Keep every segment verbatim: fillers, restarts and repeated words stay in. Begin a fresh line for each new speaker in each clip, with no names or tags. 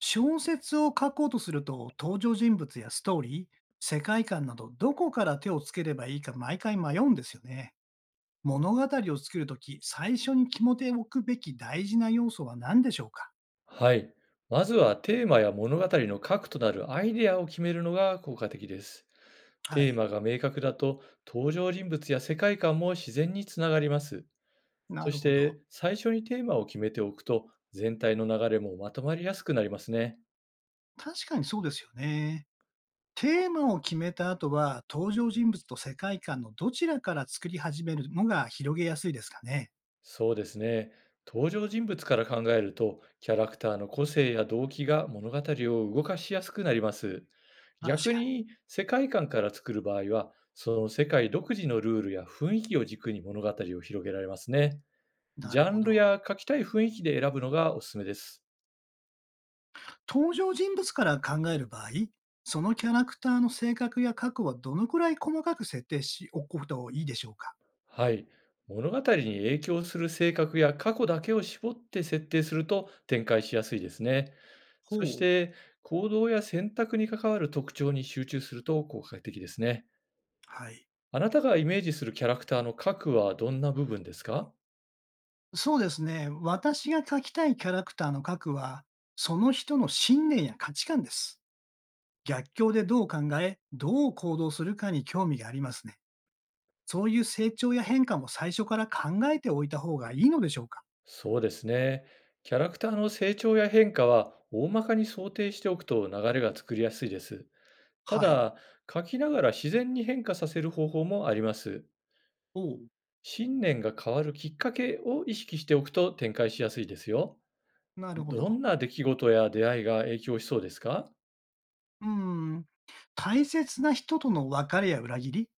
小説を書こうとすると、登場人物やストーリー、世界観など、どこから手をつければいいか毎回迷うんですよね。物語を作るとき、最初に決めておくべき大事な要素は何でしょうか？
はい。まずはテーマや物語の核となるアイデアを決めるのが効果的です。
は
テー
い。
マが明確だと登場人物や世界観も自然につながります。
な
そ
る
し
ほど。
て最初にテーマを決めておくと全体の流れもまとまりやすくなりますね。
確かにそうですよね。テーマを決めた後は、登場人物と世界観のどちらから作り始めるのが広げやすいですかね。
そうですね。登場人物から考えると、キャラクターの個性や動機が物語を動かしやすくなります。
確
逆
かに。
に、世界観から作る場合は、その世界独自のルールや雰囲気を軸に物語を広げられますね。
な
ジ
る
ャ
ほ
ンル
ど。
や書きたい雰囲気で選ぶのがおすすめです。
登場人物から考える場合、そのキャラクターの性格や過去はどのくらい細かく設定しておくこといいでしょうか？
はい。物語に影響する性格や過去だけを絞って設定すると展開しやすいですね。そし
ほう。
て、行動や選択に関わる特徴に集中すると効果的ですね。
はい。
あなたがイメージするキャラクターの核はどんな部分ですか？
そうですね。私が描きたいキャラクターの核は、その人の信念や価値観です。逆境でどう考え、どう行動するかに興味がありますね。そういう成長や変化も最初から考えておいた方がいいのでしょうか？
そうですね。キャラクターの成長や変化は大まかに想定しておくと流れが作りやすいです。た
はい。
だ、書きながら自然に変化させる方法もあります。
ほう。
信念が変わるきっかけを意識しておくと展開しやすいですよ。
なるほ
ど
ど。
んな出来事や出会いが影響しそうですか？
うーん。大切な人との別れや裏切り、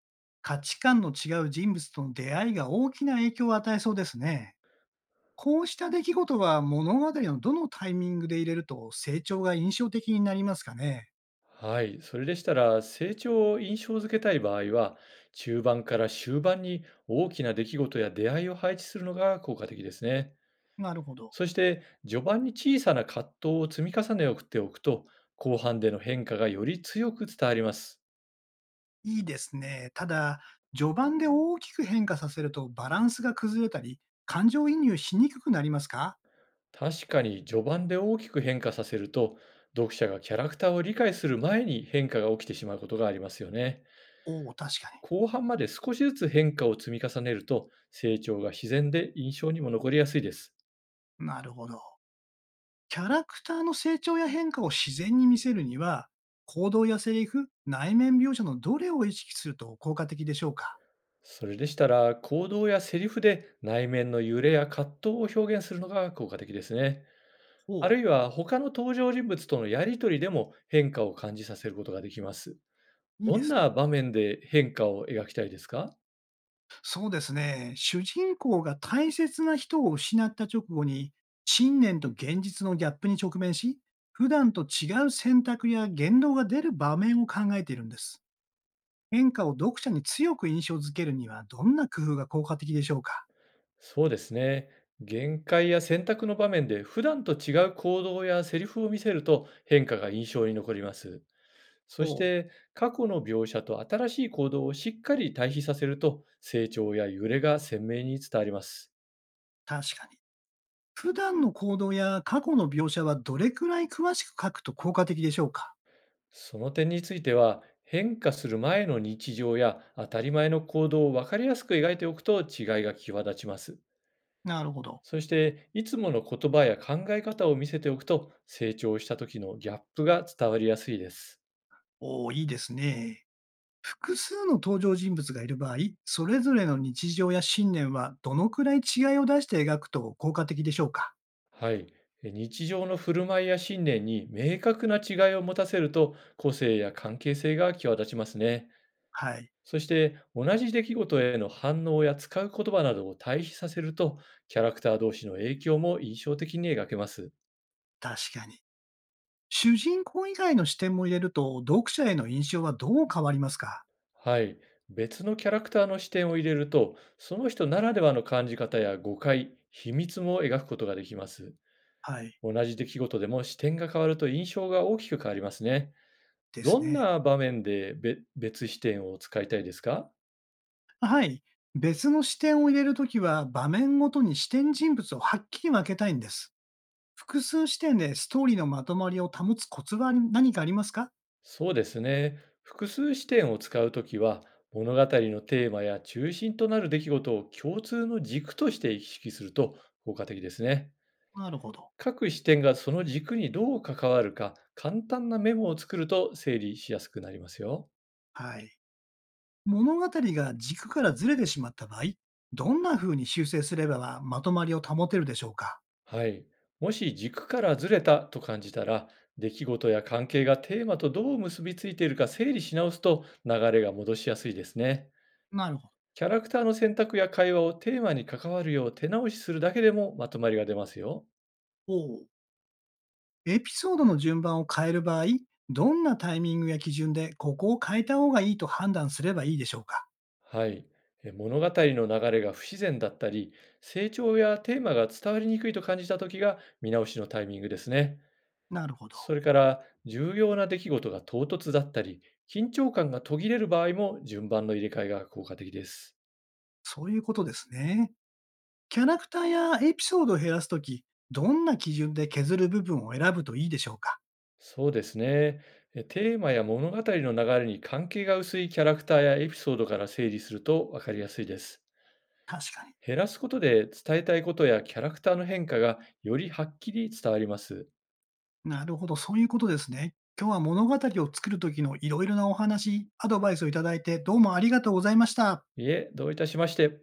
価値観の違う人物との出会いが大きな影響を与えそうですね。こうした出来事は物語のどのタイミングで入れると成長が印象的になりますかね。
はい、それでしたら成長を印象づけたい場合は、中盤から終盤に大きな出来事や出会いを配置するのが効果的ですね。
なるほど。
そして序盤に小さな葛藤を積み重ねておくと、後半での変化がより強く伝わります。
いいですね。ただ、序盤で大きく変化させるとバランスが崩れたり、感情移入しにくくなりますか？
確かに序盤で大きく変化させると、読者がキャラクターを理解する前に変化が起きてしまうことがありますよね。
おおー、確かに。
後半まで少しずつ変化を積み重ねると、成長が自然で印象にも残りやすいです。
なるほど。キャラクターの成長や変化を自然に見せるには、行動やセリフ、内面描写のどれを意識すると効果的でしょうか？
それでしたら、行動やセリフで内面の揺れや葛藤を表現するのが効果的ですね。あ
ほ
る
う。
いは他の登場人物とのやりとりでも変化を感じさせることができます。
いい
ど
で
ん
すね。
な場面で変化を描きたいですか？
そうですね。主人公が大切な人を失った直後に、信念と現実のギャップに直面し、普段と違う選択や言動が出る場面を考えているんです。変化を読者に強く印象づけるには、どんな工夫が効果的でしょうか？
そうですね。限界や選択の場面で普段と違う行動やセリフを見せると変化が印象に残ります。そし
ほう。
て過去の描写と新しい行動をしっかり対比させると成長や揺れが鮮明に伝わります。
確かに。普段の行動や過去の描写はどれくらい詳しく書くと効果的でしょうか？
その点については、変化する前の日常や当たり前の行動を分かりやすく描いておくと違いが際立ちます。
なるほど。
そしていつもの言葉や考え方を見せておくと成長した時のギャップが伝わりやすいです。
おお、いいですね。複数の登場人物がいる場合、それぞれの日常や信念はどのくらい違いを出して描くと効果的でしょうか？
はい。え日常の振る舞いや信念に明確な違いを持たせると、個性や関係性が際立ちますね。
はい、
そして、同じ出来事への反応や使う言葉などを対比させると、キャラクター同士の影響も印象的に描けます。
確かに。主人公以外の視点も入れると、読者への印象はどう変わりますか？
はい。別のキャラクターの視点を入れると、その人ならではの感じ方や誤解、秘密も描くことができます。
はい、
同じ出来事でも視点が変わると印象が大きく変わりますね。
で
ど
す
ん
ね。
な場面でべ別視点を使いたいですか？
はい。別の視点を入れるときは、場面ごとに視点人物をはっきり分けたいんです。複数視点でストーリーのまとまりを保つコツはあり何かありますか？
そうですね。複数視点を使うときは、物語のテーマや中心となる出来事を共通の軸として意識すると効果的ですね。
なるほど。
各視点がその軸にどう関わるか、簡単なメモを作ると整理しやすくなりますよ。
はい。物語が軸からずれてしまった場合、どんな風に修正すればまとまりを保てるでしょうか？
はい。もし軸からずれたと感じたら、出来事や関係がテーマとどう結びついているか整理し直すと流れが戻しやすいですね。
なるほど。
キャラクターの選択や会話をテーマに関わるよう手直しするだけでもまとまりが出ますよ。
おお。エピソードの順番を変える場合、どんなタイミングや基準でここを変えた方がいいと判断すればいいでしょうか？
はい。え物語の流れが不自然だったり、成長やテーマが伝わりにくいと感じた時が見直しのタイミングですね。
なるほど。
それから、重要な出来事が唐突だったり、緊張感が途切れる場合も順番の入れ替えが効果的です。
そういうことですね。キャラクターやエピソードを減らすとき、どんな基準で削る部分を選ぶといいでしょうか？
そうですね。えテーマや物語の流れに関係が薄いキャラクターやエピソードから整理すると分かりやすいです。
確かに。
減らすことで伝えたいことやキャラクターの変化がよりはっきり伝わります。
なるほど、そういうことですね。今日は物語を作る時のいろいろなお話、アドバイスをいただいて、どうもありがとうございました。
いえ、どういたしまして。